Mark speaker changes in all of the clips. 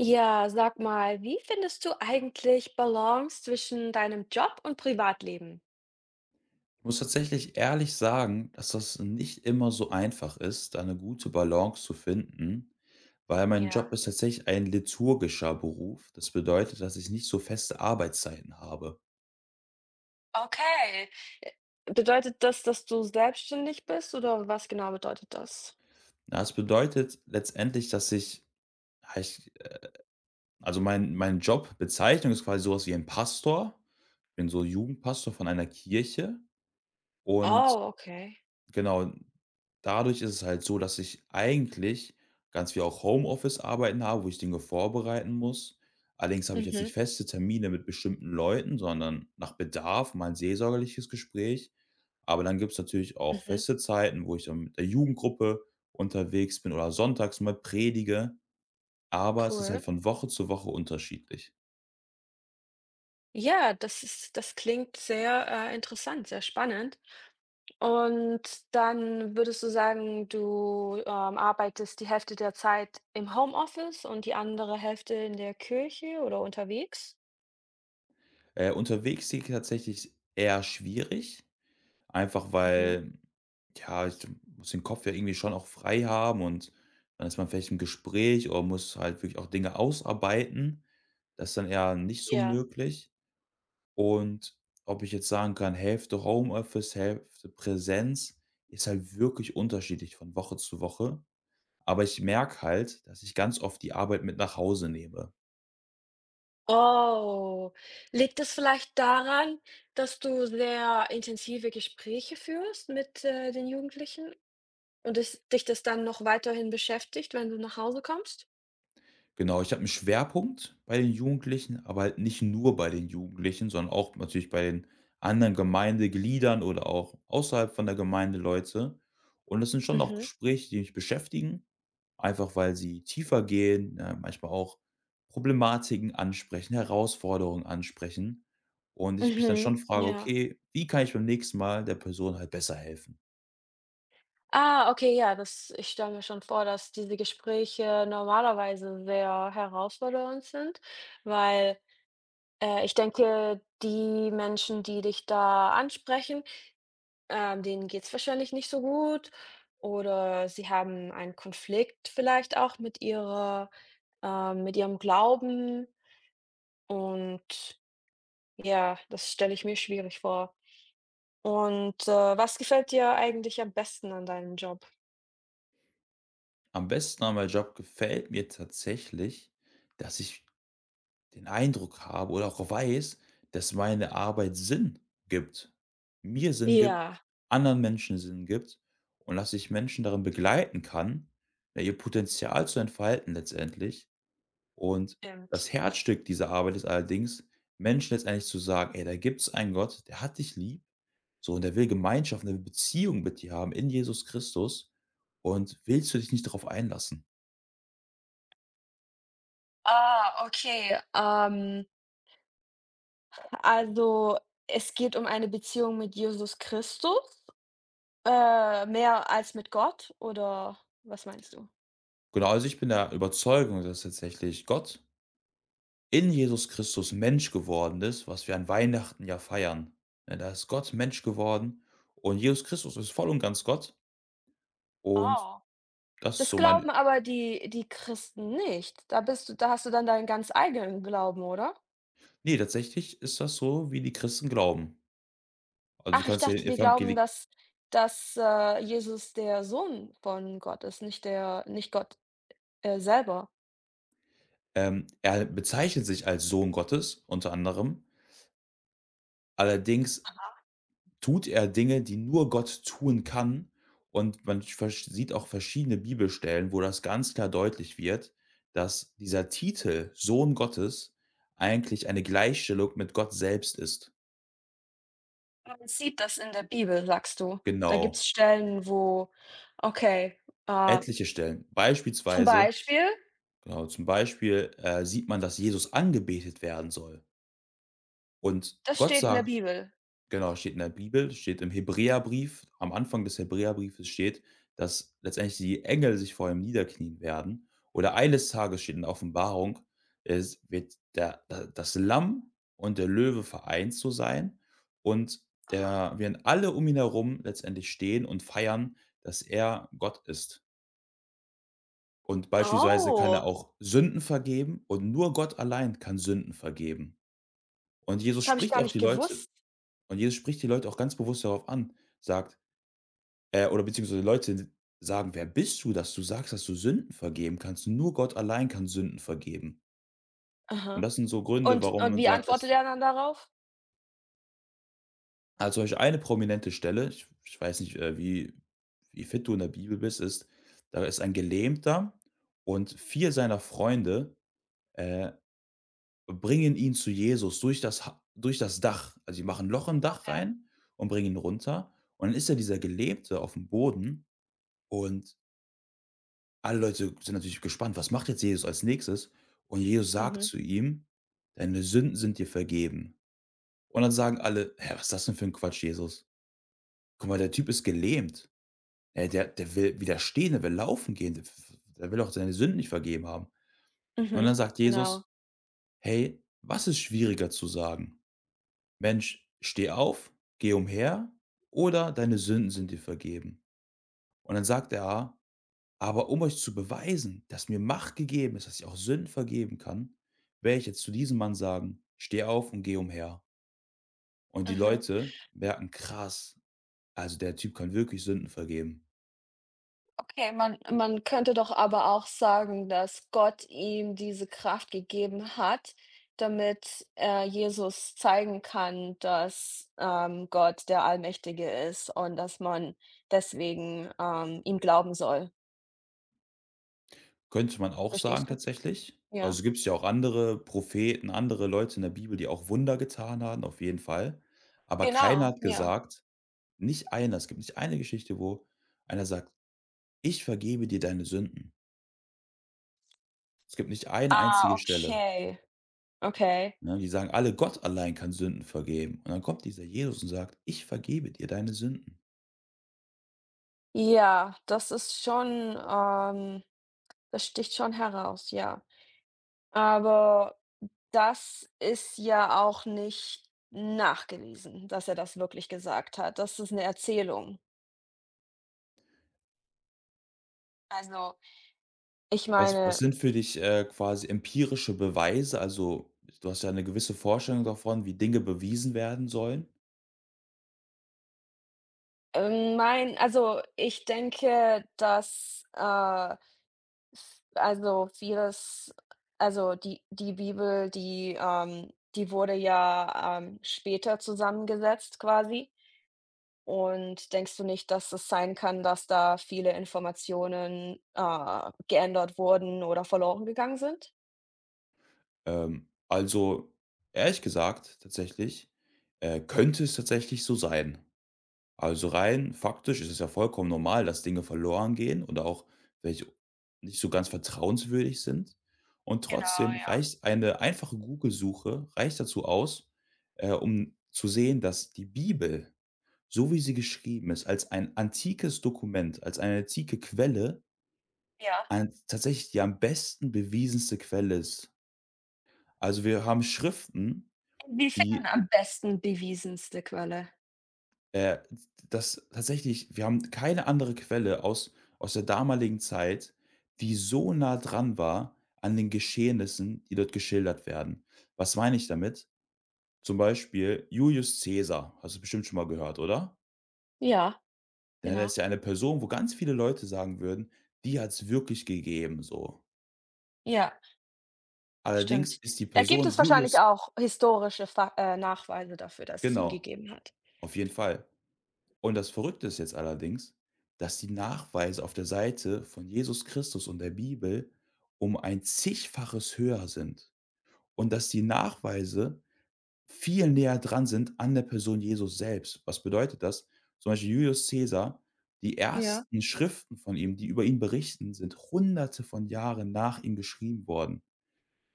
Speaker 1: Ja, sag mal, wie findest du eigentlich Balance zwischen deinem Job und Privatleben?
Speaker 2: Ich muss tatsächlich ehrlich sagen, dass das nicht immer so einfach ist, da 'ne gute Balance zu finden, weil mein
Speaker 1: Ja,
Speaker 2: Job ist tatsächlich ein liturgischer Beruf. Das bedeutet, dass ich nicht so feste Arbeitszeiten habe.
Speaker 1: okay. Äh, Bedeutet das, dass du selbstständig bist oder was genau bedeutet das?
Speaker 2: Ja, das bedeutet letztendlich, dass ich ja, ich also, mein Jobbezeichnung ist quasi so was wie ein Pastor. Ich bin so Jugendpastor von einer Kirche und
Speaker 1: Oh, okay.
Speaker 2: genau, dadurch ist es halt so, dass ich eigentlich ganz viel auch Homeoffice-Arbeiten habe, wo ich Dinge vorbereiten muss. Allerdings habe ich jetzt nicht
Speaker 1: Mhm,
Speaker 2: feste Termine mit bestimmten Leuten, sondern nach Bedarf mal ein seelsorgerliches Gespräch. Aber dann gibt es natürlich auch
Speaker 1: mhm,
Speaker 2: feste Zeiten, wo ich dann mit der Jugendgruppe unterwegs bin oder sonntags mal predige, aber es ist halt
Speaker 1: cool.
Speaker 2: von Woche zu Woche unterschiedlich.
Speaker 1: Ja, das klingt sehr interessant, sehr spannend. Und dann würdest du sagen, du arbeitest die Hälfte der Zeit im Homeoffice und die andere Hälfte in der Kirche oder unterwegs?
Speaker 2: Unterwegs sehe ich tatsächlich eher schwierig. Einfach
Speaker 1: Mhm.
Speaker 2: weil, ja, ich muss den Kopf ja irgendwie schon auch frei haben und dann ist man vielleicht im Gespräch oder muss halt wirklich auch Dinge ausarbeiten. Das ist dann eher nicht so
Speaker 1: Ja.
Speaker 2: möglich. Und ob ich jetzt sagen kann, Hälfte Homeoffice, Hälfte Präsenz, ist halt wirklich unterschiedlich von Woche zu Woche. Aber ich merke halt, dass ich ganz oft die Arbeit mit nach Hause nehme.
Speaker 1: Oh, liegt es vielleicht daran, dass du sehr intensive Gespräche führst mit, den Jugendlichen und es dich das dann noch weiterhin beschäftigt, wenn du nach Hause kommst?
Speaker 2: Genau, ich habe 'n Schwerpunkt bei den Jugendlichen, aber halt nicht nur bei den Jugendlichen, sondern auch natürlich bei den anderen Gemeindegliedern oder auch außerhalb von der Gemeinde Leute. Und das sind schon auch
Speaker 1: Mhm,
Speaker 2: Gespräche, die mich beschäftigen, einfach weil sie tiefer gehen, ne, manchmal auch Problematiken ansprechen, Herausforderungen ansprechen und ich mich dann
Speaker 1: mhm,
Speaker 2: schon frage:
Speaker 1: ja.
Speaker 2: „Okay, wie kann ich beim nächsten Mal der Person halt besser helfen?“
Speaker 1: Ah, okay, ja, das ich stelle mir schon vor, dass diese Gespräche normalerweise sehr herausfordernd sind, weil ich denke, die Menschen, die dich da ansprechen. Denen geht's wahrscheinlich nicht so gut oder sie haben einen Konflikt vielleicht auch mit ihrer, mit ihrem Glauben und ja, das stelle ich mir schwierig vor. Und was gefällt dir eigentlich am besten an deinem Job?
Speaker 2: Am besten an meinem Job gefällt mir tatsächlich, dass ich den Eindruck habe oder auch weiß, dass meine Arbeit Sinn gibt, mir Sinn gibt,
Speaker 1: Ja,
Speaker 2: anderen Menschen Sinn gibt und dass ich Menschen darin begleiten kann, ja, ihr Potenzial zu entfalten letztendlich. Und
Speaker 1: stimmt.
Speaker 2: das Herzstück dieser Arbeit ist allerdings, Menschen letztendlich zu sagen, ey, da gibt es einen Gott, der hat dich lieb, so und der will Gemeinschaft, eine Beziehung mit dir haben in Jesus Christus und willst du dich nicht darauf einlassen?
Speaker 1: Ah, okay, also, es geht um eine Beziehung mit Jesus Christus, mehr als mit Gott oder was meinst du?
Speaker 2: Genau, also ich bin der Überzeugung, dass tatsächlich Gott in Jesus Christus Mensch geworden ist, was wir an Weihnachten ja feiern. Ne, da ist Gott Mensch geworden und Jesus Christus ist voll und ganz Gott und
Speaker 1: Oh.
Speaker 2: das ist
Speaker 1: Das
Speaker 2: so meine
Speaker 1: glauben aber die Christen nicht. Da hast du dann deinen ganz eigenen Glauben, oder?
Speaker 2: ne, tatsächlich ist das so, wie die Christen glauben. Also, du
Speaker 1: Ach, ich
Speaker 2: kannst ja den
Speaker 1: dachte, die glauben,
Speaker 2: Evangelik
Speaker 1: dass Jesus der Sohn von Gott ist, nicht Gott, selber.
Speaker 2: er bezeichnet sich als Sohn Gottes unter anderem. Allerdings tut er Dinge, die nur Gott tun kann. Und man versch sieht auch verschiedene Bibelstellen, wo das ganz klar deutlich wird, dass dieser Titel „Sohn Gottes“ eigentlich eine Gleichstellung mit Gott selbst ist.
Speaker 1: Man sieht das in der Bibel, sagst du. Da
Speaker 2: Genau,
Speaker 1: gibt's Stellen, wo okay, äh,
Speaker 2: etliche Stellen.
Speaker 1: zum
Speaker 2: Beispielsweise
Speaker 1: Beispiel,
Speaker 2: genau, zum Beispiel, sieht man, dass Jesus angebetet werden soll. Und
Speaker 1: das
Speaker 2: Gott
Speaker 1: steht in der
Speaker 2: sagt
Speaker 1: Bibel.
Speaker 2: genau, steht in der Bibel, steht im Hebräerbrief. Am Anfang des Hebräerbriefes steht, dass letztendlich die Engel sich vor ihm niederknien werden. Oder eines Tages steht in der Offenbarung, es wird der, das Lamm und der Löwe vereint zu sein. Und
Speaker 1: Aha.
Speaker 2: der, werden alle um ihn herum letztendlich stehen und feiern, dass er Gott ist. Und beispielsweise kann er
Speaker 1: Oh,
Speaker 2: auch Sünden vergeben und nur Gott allein kann Sünden vergeben. Und Jesus
Speaker 1: das habe ich
Speaker 2: spricht
Speaker 1: gar
Speaker 2: auch
Speaker 1: nicht
Speaker 2: die Leute,
Speaker 1: gewusst.
Speaker 2: und Jesus spricht die Leute auch ganz bewusst darauf an, sagt, oder beziehungsweise Leute sagen: „Wer bist du, dass du sagst, dass du Sünden vergeben kannst? Nur Gott allein kann Sünden vergeben.“ Und
Speaker 1: Aha.
Speaker 2: das sind so Gründe,
Speaker 1: Und
Speaker 2: warum
Speaker 1: und
Speaker 2: man
Speaker 1: wie
Speaker 2: sagt, dass
Speaker 1: antwortet er dann darauf?
Speaker 2: also, euch eine prominente Stelle, ich weiß nicht, wie wie fit du in der Bibel bist, ist, da ist ein Gelähmter und 4 seiner Freunde, äh, bringen ihn zu Jesus durch das Ha durch das Dach. Also, sie machen 'n Loch im Dach
Speaker 1: Okay.
Speaker 2: rein und bringen ihn runter. Und dann ist ja dieser Gelähmte auf dem Boden und alle Leute sind natürlich gespannt, was macht jetzt Jesus als Nächstes? Und Jesus sagt
Speaker 1: Mhm,
Speaker 2: zu ihm: „Deine Sünden sind dir vergeben.“ Und dann sagen alle: „Hä, was ist das denn für ein Quatsch, Jesus? Guck mal, der Typ ist gelähmt. Der will wieder stehen, der will laufen gehen. Der will auch seine Sünden nicht vergeben haben.“ Und dann
Speaker 1: mhm,
Speaker 2: sagt
Speaker 1: genau.
Speaker 2: Jesus: „Hey, was ist schwieriger zu sagen? Mensch, steh auf, geh umher oder deine Sünden sind dir vergeben?“ Und dann sagt er aber um euch zu beweisen, dass mir Macht gegeben ist, dass ich auch Sünden vergeben kann, werde ich jetzt zu diesem Mann sagen: „Steh auf und geh umher.“ Und die
Speaker 1: Mhm.
Speaker 2: Leute merken: „Krass, also der Typ kann wirklich Sünden vergeben.“
Speaker 1: Okay, man könnte doch aber auch sagen, dass Gott ihm diese Kraft gegeben hat, damit Jesus zeigen kann, dass Gott der Allmächtige ist und dass man deswegen, ihm glauben soll.
Speaker 2: Könnte man auch sagen
Speaker 1: Verstehst du?
Speaker 2: tatsächlich.
Speaker 1: Ja.
Speaker 2: Also, gibt es ja auch andere Propheten, andere Leute in der Bibel, die auch Wunder getan haben, auf jeden Fall. Aber keiner
Speaker 1: Genau,
Speaker 2: hat
Speaker 1: ja.
Speaker 2: gesagt nicht einer, es gibt nicht eine Geschichte, wo einer sagt: „Ich vergebe dir deine Sünden.“ Es gibt nicht eine
Speaker 1: Ah,
Speaker 2: einzige Stelle.
Speaker 1: okay, okay.
Speaker 2: Ne, die sagen alle, Gott allein kann Sünden vergeben. Und dann kommt dieser Jesus und sagt: „Ich vergebe dir deine Sünden.“
Speaker 1: Ja, das ist schon, das sticht schon heraus, ja. Aber das ist ja auch nicht nachgewiesen, dass er das wirklich gesagt hat. Das ist 'ne Erzählung. Also, ich
Speaker 2: Was
Speaker 1: meine,
Speaker 2: sind für dich, quasi empirische Beweise? Also, du hast ja eine gewisse Vorstellung davon, wie Dinge bewiesen werden sollen.
Speaker 1: mein also, ich denke, dass also, vieles also, die Bibel, die wurde ja, später zusammengesetzt quasi. Und denkst du nicht, dass es sein kann, dass da viele Informationen, geändert wurden oder verloren gegangen sind?
Speaker 2: Also, ehrlich gesagt tatsächlich, könnte es tatsächlich so sein. Also rein faktisch ist es ja vollkommen normal, dass Dinge verloren gehen oder auch welche nicht so ganz vertrauenswürdig sind. Und
Speaker 1: Genau,
Speaker 2: trotzdem
Speaker 1: ja.
Speaker 2: reicht eine einfache Google-Suche reicht dazu aus, um zu sehen, dass die Bibel, so wie sie geschrieben ist, als ein antikes Dokument, als eine antike Quelle,
Speaker 1: Ja.
Speaker 2: ein, tatsächlich die am besten bewiesenste Quelle ist. Also wir haben Schriften,
Speaker 1: Inwiefern
Speaker 2: die
Speaker 1: am besten bewiesenste Quelle?
Speaker 2: Äh, das tatsächlich wir haben keine andere Quelle aus der damaligen Zeit, die so nah dran war an den Geschehnissen, die dort geschildert werden. Was meine ich damit? Zum Beispiel Julius Caesar, hast du bestimmt schon mal gehört, oder?
Speaker 1: Ja,
Speaker 2: Ja, der
Speaker 1: genau.
Speaker 2: ist ja eine Person, wo ganz viele Leute sagen würden: „Die hat es wirklich gegeben“, so.
Speaker 1: Ja.
Speaker 2: Allerdings
Speaker 1: Stimmt.
Speaker 2: ist die
Speaker 1: Da gibt
Speaker 2: Person
Speaker 1: es
Speaker 2: Julius
Speaker 1: wahrscheinlich auch historische Fa Nachweise dafür, dass es ihn
Speaker 2: genau,
Speaker 1: gegeben hat.
Speaker 2: auf jeden Fall. Und das Verrückte ist jetzt allerdings, dass die Nachweise auf der Seite von Jesus Christus und der Bibel um ein Zigfaches höher sind und dass die Nachweise viel näher dran sind an der Person Jesus selbst. Was bedeutet das? Zum Beispiel Julius Caesar, die
Speaker 1: Ja.
Speaker 2: ersten Schriften von ihm, die über ihn berichten, sind Hunderte von Jahren nach ihm geschrieben worden.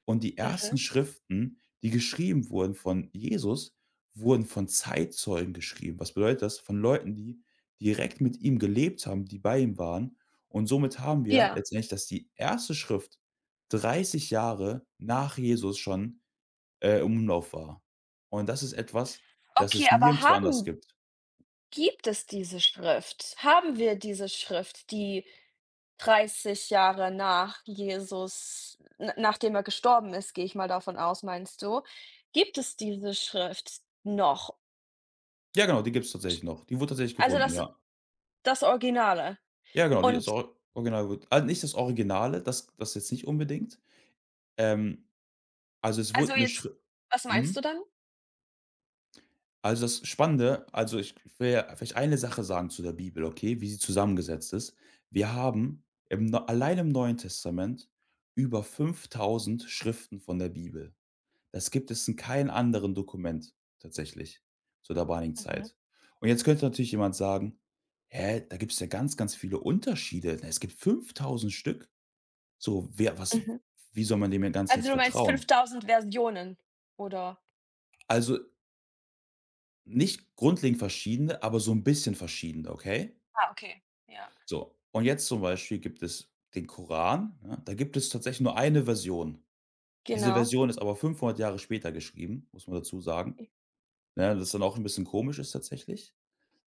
Speaker 2: Und die
Speaker 1: Mhm.
Speaker 2: ersten Schriften, die geschrieben wurden von Jesus, wurden von Zeitzeugen geschrieben. Was bedeutet das? Von Leuten, die direkt mit ihm gelebt haben, die bei ihm waren. Und somit haben wir
Speaker 1: Ja.
Speaker 2: letztendlich, dass die erste Schrift 30 Jahre nach Jesus schon, im Umlauf war. Und das ist etwas, das es
Speaker 1: Okay. aber
Speaker 2: nirgendwo anders
Speaker 1: haben
Speaker 2: gibt.
Speaker 1: Gibt es diese Schrift? Haben wir diese Schrift, die 30 Jahre nach Jesus n nachdem er gestorben ist, gehe ich mal davon aus, meinst du? Gibt es diese Schrift noch?
Speaker 2: Ja, genau, die gibt's tatsächlich noch. Die wurde tatsächlich
Speaker 1: Also,
Speaker 2: gefunden,
Speaker 1: das
Speaker 2: ja.
Speaker 1: das Originale.
Speaker 2: Ja, genau, die ist
Speaker 1: Und
Speaker 2: Or Original also nicht das Originale, das jetzt nicht unbedingt. Ähm, Also, es
Speaker 1: also
Speaker 2: wurde 'ne
Speaker 1: jetzt,
Speaker 2: Schri
Speaker 1: was meinst du
Speaker 2: mhm.
Speaker 1: dann?
Speaker 2: Also, das Spannende also, ich will ja vielleicht eine Sache sagen zu der Bibel, okay, wie sie zusammengesetzt ist. Wir haben im Neu allein im Neuen Testament über 5.000 Schriften von der Bibel. Das gibt es in keinem anderen Dokument tatsächlich zur damaligen
Speaker 1: Mhm,
Speaker 2: Zeit. Und jetzt könnte natürlich jemand sagen: „Hä, da gibt's ja ganz, ganz viele Unterschiede. Na, es gibt 5.000 Stück. So, wer was
Speaker 1: mhm.
Speaker 2: wie soll man dem ja Ganzen
Speaker 1: Also,
Speaker 2: jetzt
Speaker 1: du meinst
Speaker 2: vertrauen?“
Speaker 1: 5.000 Versionen oder?
Speaker 2: Also nicht grundlegend verschiedene, aber so 'n bisschen verschiedene, okay?
Speaker 1: Ah, okay, ja.
Speaker 2: So, und jetzt zum Beispiel gibt es den Koran, ne? Da gibt es tatsächlich nur eine Version. Diese
Speaker 1: Genau.
Speaker 2: Version ist aber 500 Jahre später geschrieben, muss man dazu sagen, ne, das dann auch 'n bisschen komisch ist tatsächlich.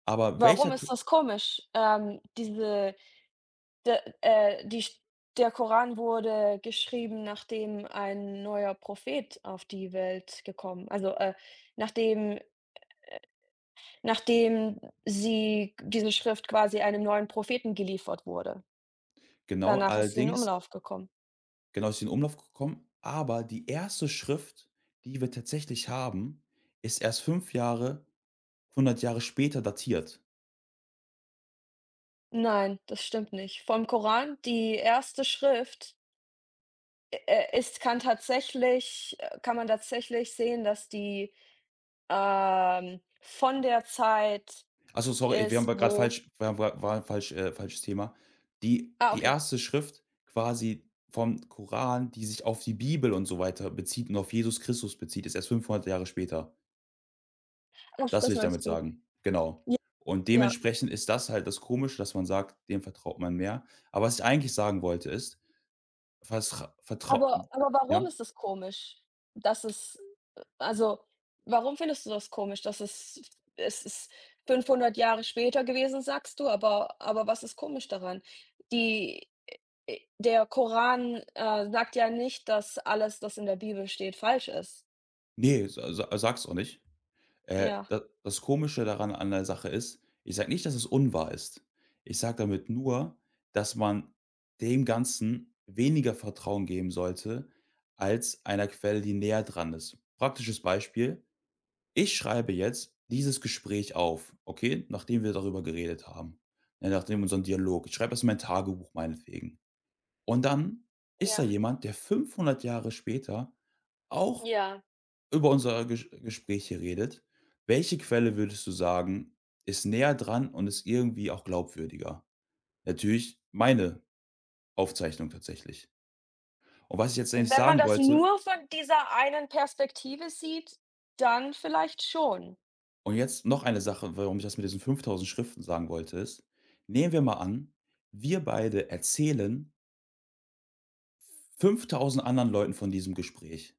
Speaker 2: Aber
Speaker 1: Warum
Speaker 2: welcher K
Speaker 1: ist das komisch? D die Sch der Koran wurde geschrieben, nachdem ein neuer Prophet auf die Welt gekommen, also, nachdem nachdem sie diese Schrift quasi einem neuen Propheten geliefert wurde.
Speaker 2: genau,
Speaker 1: Danach ist sie in
Speaker 2: allerdings
Speaker 1: Umlauf gekommen.
Speaker 2: genau, ist in Umlauf gekommen, aber die erste Schrift, die wir tatsächlich haben, ist erst 5 Jahre 100 Jahre später datiert.
Speaker 1: Nein, das stimmt nicht. Vom Koran, die erste Schrift, ist kann tatsächlich kann man tatsächlich sehen, dass die, von der Zeit
Speaker 2: Ach so, sorry, wir haben
Speaker 1: ist,
Speaker 2: gerade
Speaker 1: wo
Speaker 2: falsch wir haben war falsch falsches Thema. Die die
Speaker 1: okay.
Speaker 2: erste Schrift quasi vom Koran, die sich auf die Bibel und so weiter bezieht und auf Jesus Christus bezieht, ist erst 500 Jahre später.
Speaker 1: Ach,
Speaker 2: Das will
Speaker 1: das
Speaker 2: ich damit
Speaker 1: meinst du.
Speaker 2: sagen. Genau.
Speaker 1: Ja.
Speaker 2: Und
Speaker 1: Ja,
Speaker 2: dementsprechend ist das halt das Komische, dass man sagt, dem vertraut man mehr. Aber was ich eigentlich sagen wollte, ist, was vertraut,
Speaker 1: aber warum
Speaker 2: ja?
Speaker 1: ist es komisch, dass es also, warum findest du das komisch, dass es ist 500 Jahre später gewesen, sagst du, aber was ist komisch daran? Die der Koran, sagt ja nicht, dass alles, das in der Bibel steht, falsch ist.
Speaker 2: Nee, sa sa sag's auch nicht.
Speaker 1: Ja.
Speaker 2: Da das Komische daran an der Sache ist, ich sage nicht, dass es unwahr ist. Ich sage damit nur, dass man dem Ganzen weniger Vertrauen geben sollte als einer Quelle, die näher dran ist. Praktisches Beispiel: Ich schreibe jetzt dieses Gespräch auf, okay, nachdem wir darüber geredet haben, ne, nachdem unseren Dialog. Ich schreibe das in mein Tagebuch meinetwegen. Und dann ist da
Speaker 1: Ja,
Speaker 2: jemand, der 500 Jahre später auch
Speaker 1: ja.
Speaker 2: über unser Ges Gespräch hier redet, welche Quelle würdest du sagen, ist näher dran und ist irgendwie auch glaubwürdiger? Natürlich meine Aufzeichnung tatsächlich. Und was ich jetzt eigentlich
Speaker 1: Wenn man
Speaker 2: sagen
Speaker 1: das
Speaker 2: wollte
Speaker 1: nur von dieser einen Perspektive sieht, dann vielleicht schon.
Speaker 2: und jetzt noch eine Sache, warum ich das mit diesen 5.000 Schriften sagen wollte, ist, nehmen wir mal an, wir beide erzählen 5.000 anderen Leuten von diesem Gespräch.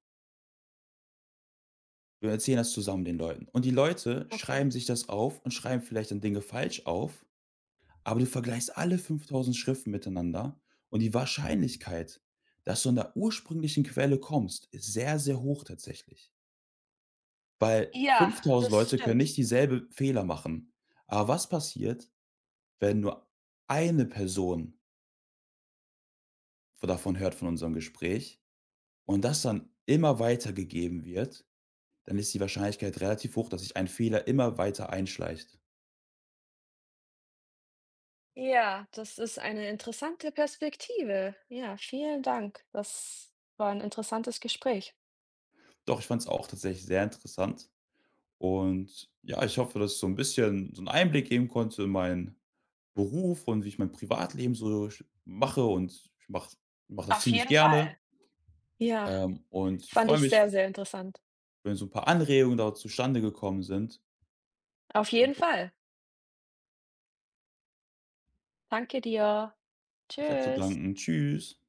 Speaker 2: Wir erzählen das zusammen den Leuten. Und die Leute schreiben
Speaker 1: Okay.
Speaker 2: sich das auf und schreiben vielleicht dann Dinge falsch auf aber du vergleichst alle 5.000 Schriften miteinander und die Wahrscheinlichkeit, dass du an der ursprünglichen Quelle kommst, ist sehr, sehr hoch tatsächlich. Weil
Speaker 1: Ja,
Speaker 2: 5.000
Speaker 1: das
Speaker 2: Leute können
Speaker 1: stimmt.
Speaker 2: nicht dieselbe Fehler machen. Aber was passiert, wenn nur eine Person davon hört von unserem Gespräch und das dann immer weitergegeben wird, dann ist die Wahrscheinlichkeit relativ hoch, dass sich ein Fehler immer weiter einschleicht.
Speaker 1: Ja, das ist eine interessante Perspektive. Ja, vielen Dank. Das war ein interessantes Gespräch.
Speaker 2: Doch, ich fand es auch tatsächlich sehr interessant. Und ja, ich hoffe, dass ich so ein bisschen so einen Einblick geben konnte in meinen Beruf und wie ich mein Privatleben so sch mache und ich mache mache das
Speaker 1: Auf
Speaker 2: ziemlich
Speaker 1: jeden Fall.
Speaker 2: gerne.
Speaker 1: Ja,
Speaker 2: Und ich
Speaker 1: fand
Speaker 2: freue
Speaker 1: ich
Speaker 2: mich,
Speaker 1: sehr, sehr interessant.
Speaker 2: wenn so ein paar Anregungen da zustande gekommen sind.
Speaker 1: Auf
Speaker 2: Und
Speaker 1: jeden Fall. Danke dir.
Speaker 2: ich habe zu
Speaker 1: Tschüss.
Speaker 2: danken. Tschüss.